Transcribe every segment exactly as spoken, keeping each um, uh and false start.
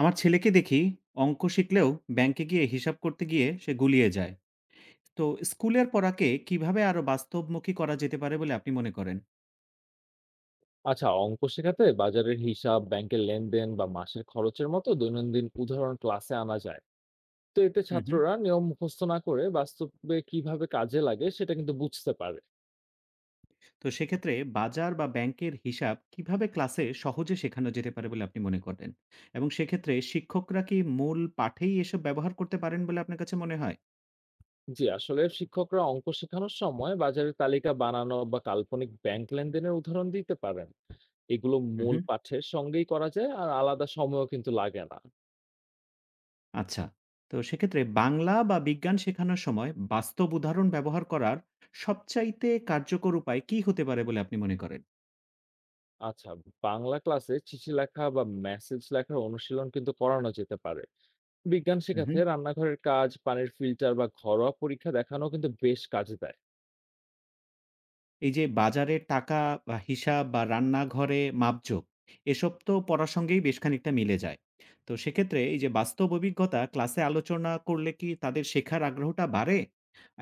আমার ছেলেকে দেখি অঙ্ক শিখলেও ব্যাংকে গিয়ে হিসাব করতে গিয়ে সে গুলিয়ে যায়। তো স্কুলের পড়াকে কিভাবে আরো বাস্তবমুখী করা যেতে পারে বলে আপনি মনে করেন? আচ্ছা, অঙ্ক শেখাতে বাজারের হিসাব, ব্যাংকের লেনদেন বা মাসের খরচের মতো দৈনন্দিন উদাহরণ ক্লাসে আনা যায়। তো এতে হুম হুম। ছাত্ররা নিয়ম মুখস্থ না করে বাস্তবে কিভাবে কাজে লাগে সেটা কিন্তু বুঝতে পারে। তো সেক্ষেত্রে বাজার বা ব্যাংকের হিসাব কিভাবে ক্লাসে সহজে শেখানো যেতে পারে বলে আপনি মনে করেন, এবং সেক্ষেত্রে শিক্ষকরা কি মূল পাঠেই এসব ব্যবহার করতে পারেন বলে আপনার কাছে মনে হয়? জি, আসলে শিক্ষকরা অঙ্ক শেখানোর সময় বাজারের তালিকা বানানো বা কাল্পনিক ব্যাংক লেনদেনের উদাহরণ দিতে পারেন। এগুলো হুম মূল হুম। পাঠের সঙ্গেই করা যায় আর আলাদা সময়ও কিন্তু লাগে না। আচ্ছা, তো সেক্ষেত্রে বাংলা বা বিজ্ঞান শেখানোর সময় বাস্তব উদাহরণ ব্যবহার করার সবচাইতে কার্যকর উপায় কি হতে পারে বলে আপনি মনে করেন? আচ্ছা, বাংলা ক্লাসে চিঠি লেখা বা মেসেজ লেখার অনুশীলন কিন্তু করানো যেতে পারে। বিজ্ঞান হুম শেখাতে হুম। রান্নাঘরের কাজ, পানির ফিল্টার বা ঘরোয়া পরীক্ষা দেখানো কিন্তু বেশ কাজে দেয়। এই যে বাজারের টাকা বা হিসাব বা রান্নাঘরে মাপজোক, এসব তো পড়ার সঙ্গেই বেশ খানিকটা মিলে যায়। তো সেক্ষেত্রে এই যে বাস্তব অভিজ্ঞতা ক্লাসে আলোচনা করলে কি তাদের শেখার আগ্রহটা বাড়ে?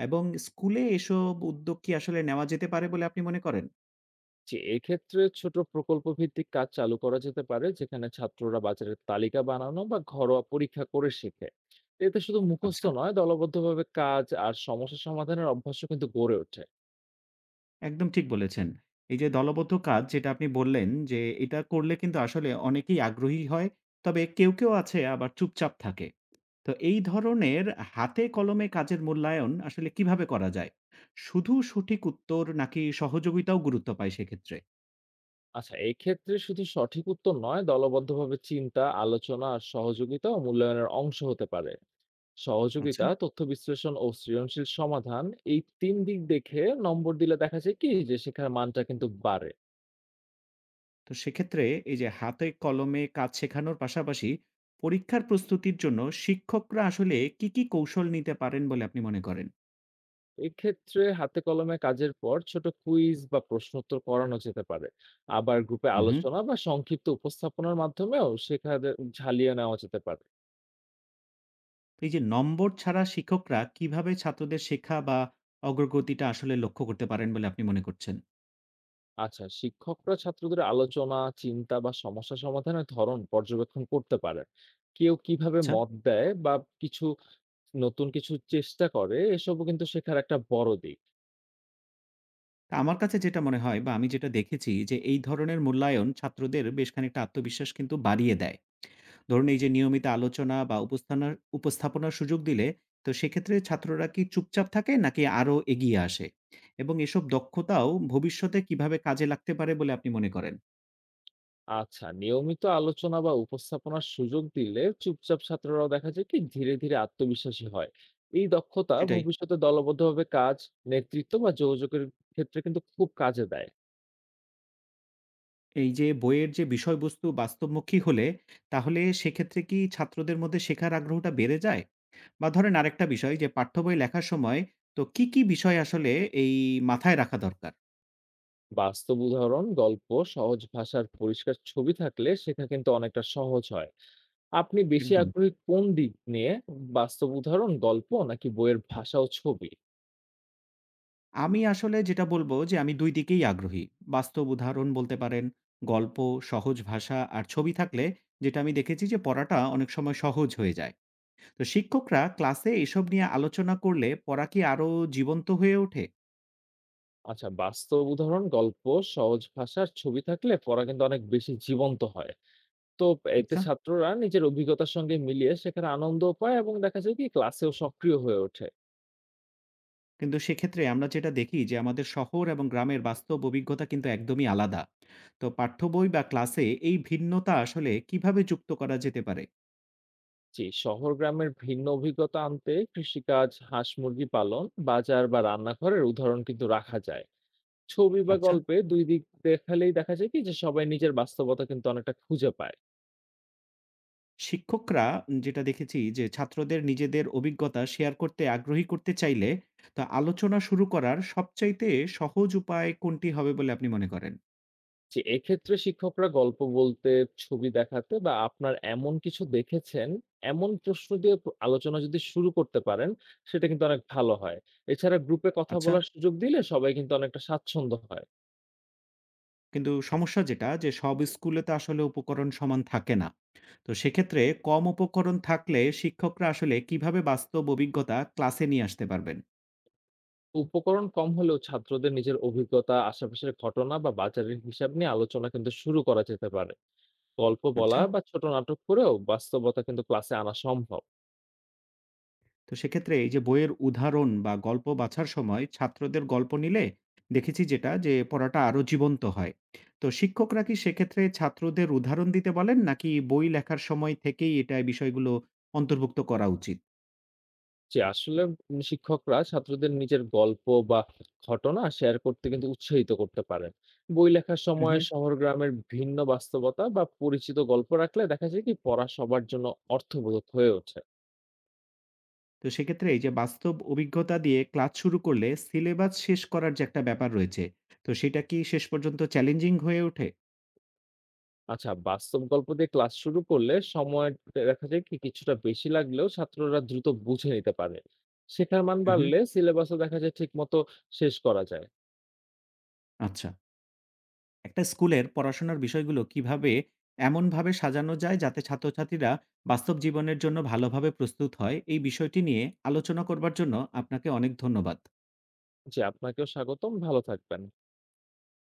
এবং স্কুলে এসব উদ্যোগ কি আসলে নেওয়া যেতে পারে বলে আপনি মনে করেন? যে এক্ষেত্রে ছোট প্রকল্প ভিত্তিক কাজ চালু করা যেতে পারে, যেখানে ছাত্ররা বাজারের তালিকা বানানো বা ঘরোয়া পরীক্ষা করে শেখে। এতে শুধু মুখস্থ আচ্ছা, নয়, দলবদ্ধভাবে কাজ আর সমস্যা সমাধানের অভ্যাসও কিন্তু গড়ে ওঠে। একদম ঠিক বলেছেন। এই যে দলবদ্ধ কাজ যেটা আপনি বললেন যে এটা করলে কিন্তু আসলে অনেকেই আগ্রহী হয়। তবে কেউ, কেউ আছে আবার চুপচাপ থাকে। তো এই ধরনের হাতে কলমে কাজের মূল্যায়ন আসলে কিভাবে করা যায়? শুধু সঠিক উত্তর নাকি সহযোগিতাও গুরুত্ব পায় সেক্ষেত্রে? আচ্ছা, এক্ষেত্রে শুধু সঠিক উত্তর নয়, দলবদ্ধভাবে চিন্তা, আলোচনা আর সহযোগিতা ও মূল্যায়নের অংশ হতে পারে। আচ্ছা। সহযোগিতা, তথ্য বিশ্লেষণ ও সৃজনশীল সমাধান, এই তিন দিক দেখে নম্বর দিলে দেখা যায় কি যে শেখার মানটা কিন্তু বাড়ে। তো সেক্ষেত্রে এই যে হাতে কলমে কাজ শেখানোর পাশাপাশি পরীক্ষার প্রস্তুতির জন্য শিক্ষকরা আসলে কি, কি কৌশল নিতে পারেন বলে আপনি মনে করেন? এক্ষেত্রে হাতে কলমে কাজের পর ছোট কুইজ বা প্রশ্নোত্তর করানো যেতে পারে। আবার গ্রুপে হুম, হুম। আলোচনা বা সংক্ষিপ্ত উপস্থাপনার মাধ্যমেও শেখা দে ঝালিয়ে নেওয়া যেতে পারে। এই যে নম্বর ছাড়া শিক্ষকরা কিভাবে ছাত্রদের শেখা বা অগ্রগতিটা আসলে লক্ষ্য করতে পারেন বলে আপনি মনে করছেন? আচ্ছা, শিক্ষকরা ছাত্রদের আলোচনা, চিন্তা বা সমস্যা সমাধানের ধরন পর্যবেক্ষণ করতে পারে। কেউ কিভাবে আচ্ছা। মত দেয় বা কিছু নতুন কিছু চেষ্টা করে, এসবও কিন্তু শেখার একটা বড় দিক। তা আমার কাছে যেটা মনে হয় বা আমি যেটা দেখেছি যে এই ধরনের মূল্যায়ন ছাত্রদের বেশ খানিকটা আত্মবিশ্বাস কিন্তু বাড়িয়ে দেয়। ধরুন এই যে নিয়মিত আলোচনা বা উপস্থানার উপস্থাপনার সুযোগ দিলে তো সেক্ষেত্রে ছাত্ররা কি চুপচাপ থাকে নাকি আরো এগিয়ে আসে? এবং এসব দক্ষতাও ভবিষ্যতে কিভাবে কাজে লাগতে পারে বলে আপনি মনে করেন? আচ্ছা, নিয়মিত আলোচনা বা উপস্থাপনার সুযোগ দিলে চুপচাপ ছাত্ররাও দেখা যায় কি ধীরে ধীরে আত্মবিশ্বাসী হয়। এই দক্ষতা সেটাই। ভবিষ্যতে দলবদ্ধভাবে কাজ, নেতৃত্ব বা যোগাযোগের ক্ষেত্রে কিন্তু খুব কাজে দেয়। এই যে বইয়ের যে বিষয়বস্তু বাস্তবমুখী হলে তাহলে সেক্ষেত্রে কি ছাত্রদের মধ্যে শেখার আগ্রহটা বেড়ে যায়? বা ধরেন আরেকটা বিষয় যে পাঠ্য বই লেখার সময় তো কি, কি বিষয় আসলে এই মাথায় রাখা দরকার? বাস্তব উদাহরণ, গল্প, সহজ ভাষার পরিষ্কার ছবি থাকলে শেখা কিন্তু অনেকটা সহজ হয়। আপনি বেশি একদম। আগ্রহী কোন দিক নিয়ে, বাস্তব উদাহরণ, গল্প নাকি বইয়ের ভাষা ও ছবি? আমি আসলে যেটা বলব যে আমি দুই দিকেই আগ্রহী। বাস্তব উদাহরণ বলতে পারেন, গল্প, সহজ ভাষা আর ছবি থাকলে, যেটা আমি দেখেছি যে পড়াটা অনেক সময় সহজ হয়ে যায়। তো শিক্ষকরা ক্লাসে এসব নিয়ে আলোচনা করলে পড়া কি আরো জীবন্ত হয়ে ওঠে? আচ্ছা, বাস্তব উদাহরণ, গল্প, সহজ ভাষার ছবি থাকলে পড়া কিন্তু অনেক বেশি জীবন্ত হয়। তো এতে আচ্ছা। ছাত্ররা নিজের অভিজ্ঞতার সঙ্গে মিলিয়ে সেখানে আনন্দও পায় এবং দেখা যায় কি ক্লাসেও সক্রিয় হয়ে ওঠে। কিন্তু সেক্ষেত্রে আমরা যেটা দেখি যে আমাদের শহর এবং গ্রামের বাস্তব অভিজ্ঞতা কিন্তু একদমই আলাদা। তো পাঠ্য বই বা ক্লাসে এই ভিন্নতা আসলে কিভাবে যুক্ত করা যেতে পারে? জি, শহর গ্রামের ভিন্ন অভিজ্ঞতা আনতে কৃষিকাজ, হাঁস মুরগি পালন, বাজার বা রান্নাঘরের উদাহরণ কিন্তু রাখা যায়। ছবি বা আচ্ছা, গল্পে দুই দিক দেখালেই দেখা যায় কি যে সবাই নিজের বাস্তবতা কিন্তু অনেকটা খুঁজে পায়। শিক্ষকরা, যেটা দেখেছি যে ছাত্রদের নিজেদের অভিজ্ঞতা শেয়ার করতে আগ্রহী করতে চাইলে তো আলোচনা শুরু করার সবচাইতে সহজ উপায় কোনটি হবে বলে আপনি মনে করেন? জি, এক্ষেত্রে শিক্ষকরা গল্প বলতে, ছবি দেখাতে বা আপনার এমন কিছু দেখেছেন, এমন প্রশ্ন দিয়ে প আলোচনা যদি শুরু করতে পারেন, সেটা কিন্তু অনেক ভালো হয়। এছাড়া গ্রুপে কথা আচ্ছা। বলার সুযোগ দিলে সবাই কিন্তু অনেকটা স্বাচ্ছন্দ্য হয়। কিন্তু সমস্যা যেটা যে সব স্কুলে তো আসলে উপকরণ সমান থাকে না। তো সেক্ষেত্রে কম উপকরণ থাকলে শিক্ষকরা আসলে কিভাবে বাস্তব অভিজ্ঞতা ক্লাসে নিয়ে আসতে পারবেন? উপকরণ কম হলেও ছাত্রদের নিজের অভিজ্ঞতা, আশেপাশের ঘটনা বা বাজারের হিসাব নিয়ে আলোচনা কিন্তু শুরু করা যেতে পারে। গল্প বলা আচ্ছা। বা ছোট নাটক করেও বাস্তবতা কিন্তু ক্লাসে আনা সম্ভব। তো সেক্ষেত্রে এই যে বইয়ের উদাহরণ বা গল্প বাছার সময় ছাত্রদের গল্প নিলে দেখেছি যেটা যে পড়াটা আরো জীবন্ত হয়। তো শিক্ষকরা কি সেক্ষেত্রে ছাত্রদের উদাহরণ দিতে বলেন নাকি বই লেখার সময় থেকেই এটা বিষয়গুলো অন্তর্ভুক্ত করা উচিত? জি, আসলে উম শিক্ষকরা ছাত্রদের নিজের গল্প বা ঘটনা শেয়ার করতে কিন্তু উৎসাহিত করতে পারেন। বই লেখার উহু। সময় শহর গ্রামের ভিন্ন বাস্তবতা বা পরিচিত গল্প রাখলে দেখা যায় কি পড়া সবার জন্য অর্থবোধক হয়ে ওঠে। তো সেক্ষেত্রে এই যে বাস্তব অভিজ্ঞতা দিয়ে ক্লাস শুরু করলে সিলেবাস শেষ করার যে একটা ব্যাপার রয়েছে, তো সেটা কি শেষ পর্যন্ত চ্যালেঞ্জিং হয়ে ওঠে? আচ্ছা, বাস্তব গল্প দিয়ে ক্লাস শুরু করলে সময় দেখা যায় কি কিছুটা বেশি লাগলেও ছাত্ররা দ্রুত বুঝে নিতে পারে। শেখার মান হুম, হুম। বাড়লে সিলেবাসও দেখা যায় ঠিকমতো শেষ করা যায়। আচ্ছা। একটা স্কুলের পড়াশোনার বিষয়গুলো কিভাবে এমনভাবে সাজানো যায় যাতে ছাত্রছাত্রীরা বাস্তব জীবনের জন্য ভালোভাবে প্রস্তুত হয়, এই বিষয়টি নিয়ে আলোচনা করবার জন্য আপনাকে অনেক ধন্যবাদ। জি, আপনাকেও স্বাগতম। ভালো থাকবেন।